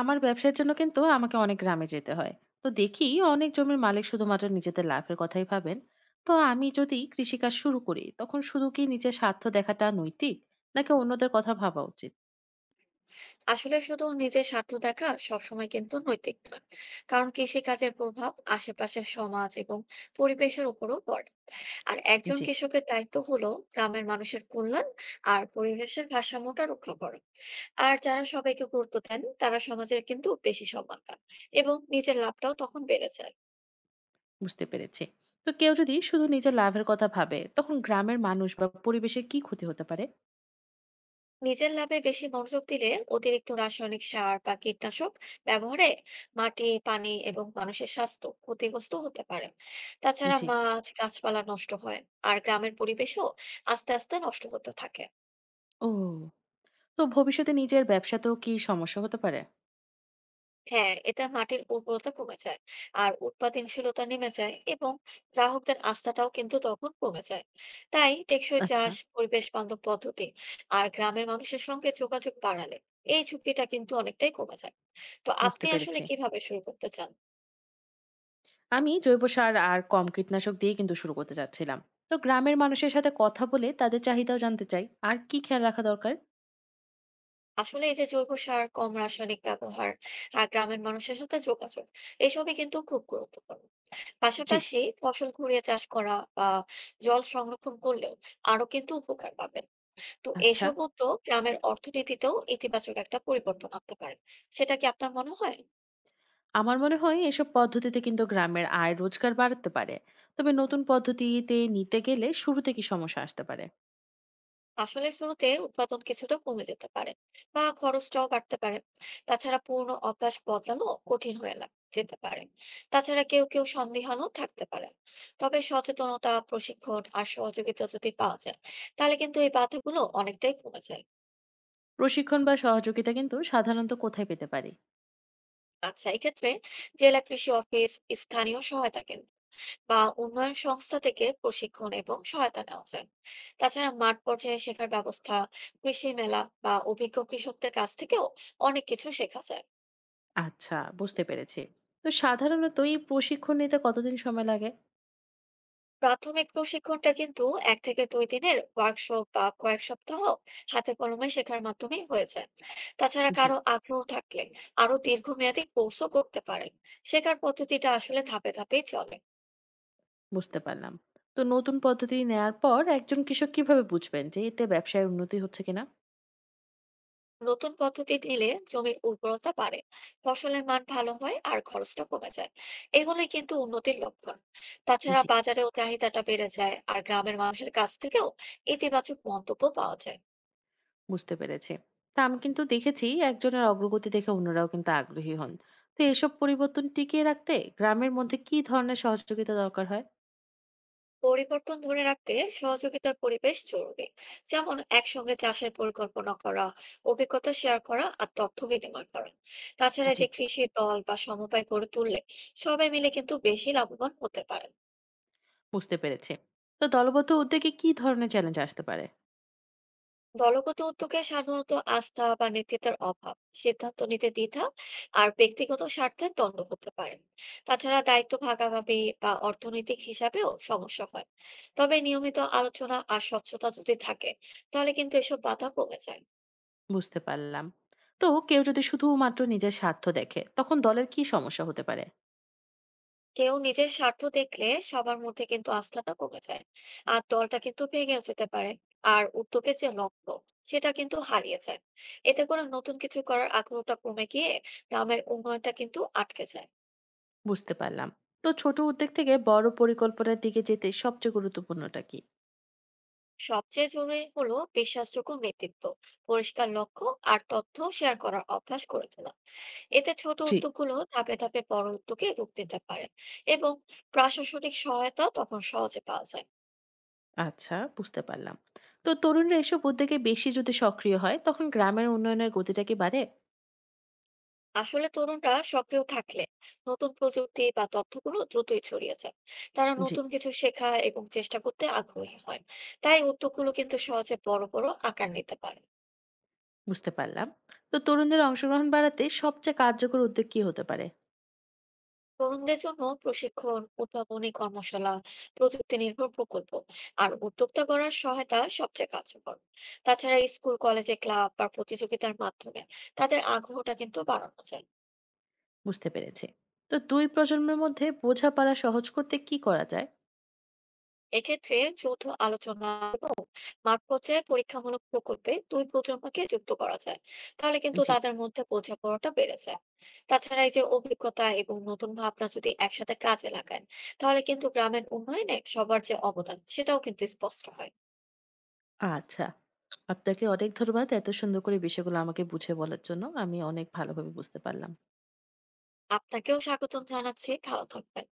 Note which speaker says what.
Speaker 1: আমার ব্যবসার জন্য কিন্তু আমাকে অনেক গ্রামে যেতে হয়। তো দেখি অনেক জমির মালিক শুধুমাত্র নিজেদের লাভের কথাই ভাবেন। তো আমি যদি কৃষিকাজ শুরু করি, তখন শুধু কি নিজের স্বার্থ দেখাটা নৈতিক, নাকি অন্যদের কথা ভাবা উচিত?
Speaker 2: আসলে শুধু নিজের স্বার্থ দেখা সবসময় কিন্তু নৈতিক নয়। কারণ কৃষি কাজের প্রভাব আশেপাশের সমাজ এবং পরিবেশের উপরও পড়ে। আর একজন
Speaker 1: জি,
Speaker 2: কৃষকের দায়িত্ব হলো গ্রামের মানুষের কল্যাণ আর পরিবেশের ভারসাম্যটা রক্ষা করা। আর যারা সবাইকে গুরুত্ব দেন তারা সমাজের কিন্তু বেশি সম্মান পান এবং নিজের লাভটাও তখন বেড়ে যায়।
Speaker 1: বুঝতে পেরেছি। তো কেউ যদি শুধু নিজের লাভের কথা ভাবে, তখন গ্রামের মানুষ বা পরিবেশের কি ক্ষতি হতে পারে?
Speaker 2: নিজের ল্যাবে বেশি মনোযোগ দিলে অতিরিক্ত রাসায়নিক সার বা কীটনাশক ব্যবহারে মাটি, পানি এবং মানুষের স্বাস্থ্য ক্ষতিগ্রস্ত হতে পারে। তাছাড়া
Speaker 1: জি।
Speaker 2: মাছ, গাছপালা নষ্ট হয়, আর গ্রামের পরিবেশও আস্তে আস্তে নষ্ট হতে থাকে।
Speaker 1: ও, তো ভবিষ্যতে নিজের ব্যবসাতেও কি সমস্যা হতে পারে?
Speaker 2: হ্যাঁ, এটা মাটির উর্বরতা কমে যায়, আর উৎপাদনশীলতা নেমে যায়, এবং গ্রাহকদের আস্থাটাও কিন্তু তখন কমে যায়। তাই টেকসই
Speaker 1: আচ্ছা,
Speaker 2: চাষ, পরিবেশ বান্ধব পদ্ধতি আর গ্রামের মানুষের সঙ্গে যোগাযোগ বাড়ালে এই চুক্তিটা কিন্তু অনেকটাই কমে যায়। তো
Speaker 1: বুঝতে
Speaker 2: আপনি আসলে
Speaker 1: পেরেছি।
Speaker 2: কিভাবে শুরু করতে চান?
Speaker 1: আমি জৈব সার আর কম কীটনাশক দিয়ে কিন্তু শুরু করতে চাচ্ছিলাম। তো গ্রামের মানুষের সাথে কথা বলে তাদের চাহিদাও জানতে চাই আর কি খেয়াল রাখা দরকার।
Speaker 2: আসলে এই যে জৈব সার, কম রাসায়নিক ব্যবহার আর গ্রামের মানুষের সাথে যোগাযোগ, এসবই কিন্তু খুব গুরুত্বপূর্ণ।
Speaker 1: জি।
Speaker 2: পাশাপাশি ফসল ঘুরিয়ে চাষ করা বা জল সংরক্ষণ করলেও আরো কিন্তু উপকার পাবেন। তো
Speaker 1: আচ্ছা,
Speaker 2: এসব উদ্যোগ গ্রামের অর্থনীতিতেও ইতিবাচক একটা পরিবর্তন আনতে পারে। সেটা কি আপনার মনে হয়?
Speaker 1: আমার মনে হয় এসব পদ্ধতিতে কিন্তু গ্রামের আয় রোজগার বাড়াতে পারে। তবে নতুন পদ্ধতিতে নিতে গেলে শুরুতে কি সমস্যা আসতে পারে?
Speaker 2: আসলে শুরুতে উৎপাদন কিছুটা কমে যেতে পারে বা খরচটাও বাড়তে পারে। তাছাড়া পুরনো অভ্যাস বদলানো কঠিন হয়ে যেতে পারে। তাছাড়া কেউ কেউ সন্দিহানও থাকতে পারে। তবে সচেতনতা, প্রশিক্ষণ আর সহযোগিতা যদি পাওয়া যায়, তাহলে কিন্তু এই বাধাগুলো অনেকটাই কমে যায়।
Speaker 1: প্রশিক্ষণ বা সহযোগিতা কিন্তু সাধারণত কোথায় পেতে পারি?
Speaker 2: আচ্ছা, এক্ষেত্রে জেলা কৃষি অফিস, স্থানীয় সহায়তা কেন্দ্র বা উন্নয়ন সংস্থা থেকে প্রশিক্ষণ এবং সহায়তা নেওয়া যায়। তাছাড়া মাঠ পর্যায়ে শেখার ব্যবস্থা, কৃষি মেলা বা অভিজ্ঞ কৃষকদের কাছ থেকেও অনেক কিছু শেখা যায়।
Speaker 1: আচ্ছা, বুঝতে পেরেছি। তো সাধারণত এই প্রশিক্ষণ নিতে কতদিন সময় লাগে?
Speaker 2: প্রাথমিক প্রশিক্ষণটা কিন্তু 1-2 দিনের ওয়ার্কশপ বা কয়েক সপ্তাহ হাতে কলমে শেখার মাধ্যমেই হয়ে যায়। তাছাড়া
Speaker 1: জি।
Speaker 2: কারো আগ্রহ থাকলে আরো দীর্ঘমেয়াদী কোর্সও করতে পারেন। শেখার পদ্ধতিটা আসলে ধাপে ধাপেই চলে।
Speaker 1: বুঝতে পারলাম। তো নতুন পদ্ধতি নেয়ার পর একজন কৃষক কিভাবে বুঝবেন যে এতে ব্যবসায় উন্নতি হচ্ছে কিনা?
Speaker 2: নতুন পদ্ধতি নিলে জমির উর্বরতা বাড়ে, ফসলের মান ভালো হয় আর খরচটা কমে যায়। এগুলোই কিন্তু উন্নতির লক্ষণ। তাছাড়া
Speaker 1: জি,
Speaker 2: বাজারেও চাহিদাটা বেড়ে যায় আর গ্রামের মানুষের কাছ থেকেও ইতিবাচক মন্তব্য পাওয়া যায়।
Speaker 1: বুঝতে পেরেছি। তা আমি কিন্তু দেখেছি, একজনের অগ্রগতি দেখে অন্যরাও কিন্তু আগ্রহী হন। তো এসব পরিবর্তন টিকিয়ে রাখতে গ্রামের মধ্যে কি ধরনের সহযোগিতা দরকার হয়?
Speaker 2: পরিবর্তন ধরে রাখতে সহযোগিতার পরিবেশ জরুরি, যেমন একসঙ্গে চাষের পরিকল্পনা করা, অভিজ্ঞতা শেয়ার করা আর তথ্য বিনিময় করা। তাছাড়া
Speaker 1: জি,
Speaker 2: যে কৃষি দল বা সমবায় গড়ে তুললে সবাই মিলে কিন্তু বেশি লাভবান হতে পারে।
Speaker 1: বুঝতে পেরেছি। তো দলবদ্ধ উদ্যোগে কি ধরনের চ্যালেঞ্জ আসতে পারে?
Speaker 2: দলগত উদ্যোগে সাধারণত আস্থা বা নেতৃত্বের অভাব, সিদ্ধান্ত নিতে দ্বিধা আর ব্যক্তিগত স্বার্থের দ্বন্দ্ব হতে পারে। তাছাড়া দায়িত্ব ভাগাভাগি বা অর্থনৈতিক হিসাবেও সমস্যা হয়। তবে নিয়মিত আলোচনা আর স্বচ্ছতা যদি থাকে, তাহলে কিন্তু এসব বাধা কমে যায়।
Speaker 1: বুঝতে পারলাম। তো কেউ যদি শুধুমাত্র নিজের স্বার্থ দেখে, তখন দলের কি সমস্যা হতে পারে?
Speaker 2: কেউ নিজের স্বার্থ দেখলে সবার মধ্যে কিন্তু আস্থাটা কমে যায় আর দলটা কিন্তু ভেঙে যেতে পারে। আর উদ্যোগের যে লক্ষ্য, সেটা কিন্তু হারিয়ে যায়। এতে করে নতুন কিছু করার আগ্রহটা কমে গিয়ে গ্রামের উন্নয়নটা কিন্তু আটকে যায়।
Speaker 1: বুঝতে পারলাম। তো ছোট উদ্যোগ থেকে বড় পরিকল্পনার দিকে যেতে সবচেয়ে গুরুত্বপূর্ণটা কি?
Speaker 2: সবচেয়ে জরুরি হলো বিশ্বাসযোগ্য নেতৃত্ব, পরিষ্কার লক্ষ্য আর তথ্য শেয়ার করার অভ্যাস করে তোলা। এতে ছোট
Speaker 1: জি।
Speaker 2: উদ্যোগগুলো ধাপে ধাপে বড় উদ্যোগে রূপ দিতে পারে এবং প্রশাসনিক সহায়তা তখন সহজে পাওয়া যায়।
Speaker 1: আচ্ছা, বুঝতে পারলাম। তো তরুণরা এসব উদ্যোগে বেশি যদি সক্রিয় হয়, তখন গ্রামের উন্নয়নের গতিটা কি বাড়ে?
Speaker 2: আসলে তরুণরা সক্রিয় থাকলে নতুন প্রযুক্তি বা তথ্যগুলো দ্রুতই ছড়িয়ে যায়। তারা
Speaker 1: জি।
Speaker 2: নতুন কিছু শেখা এবং চেষ্টা করতে আগ্রহী হয়। তাই উদ্যোগগুলো কিন্তু সহজে বড় বড় আকার নিতে পারে।
Speaker 1: বুঝতে পারলাম। তো তরুণদের অংশগ্রহণ বাড়াতে সবচেয়ে কার্যকর উদ্যোগ কি হতে পারে?
Speaker 2: তরুণদের জন্য প্রশিক্ষণ, উদ্ভাবনী কর্মশালা, প্রযুক্তি নির্ভর প্রকল্প আর উদ্যোক্তা গড়ার সহায়তা সবচেয়ে কার্যকর। তাছাড়া স্কুল, কলেজে ক্লাব বা প্রতিযোগিতার মাধ্যমে তাদের আগ্রহটা কিন্তু বাড়ানো যায়।
Speaker 1: বুঝতে পেরেছে। তো দুই প্রজন্মের মধ্যে বোঝাপড়া সহজ করতে কি করা যায়?
Speaker 2: এক্ষেত্রে যৌথ আলোচনা এবং মাঠ পর্যায়ে পরীক্ষামূলক প্রকল্পে দুই প্রজন্মকে যুক্ত করা যায়। তাহলে কিন্তু
Speaker 1: জি।
Speaker 2: তাদের মধ্যে বোঝাপড়াটা বেড়ে যায়। তাছাড়া এই যে অভিজ্ঞতা এবং নতুন ভাবনা যদি একসাথে কাজে লাগায়, তাহলে কিন্তু গ্রামের উন্নয়নে সবার যে অবদান সেটাও কিন্তু স্পষ্ট হয়।
Speaker 1: আচ্ছা, আপনাকে অনেক ধন্যবাদ এত সুন্দর করে বিষয়গুলো আমাকে বুঝে বলার জন্য। আমি অনেক ভালোভাবে বুঝতে পারলাম।
Speaker 2: আপনাকেও স্বাগতম জানাচ্ছি। ভালো থাকবেন।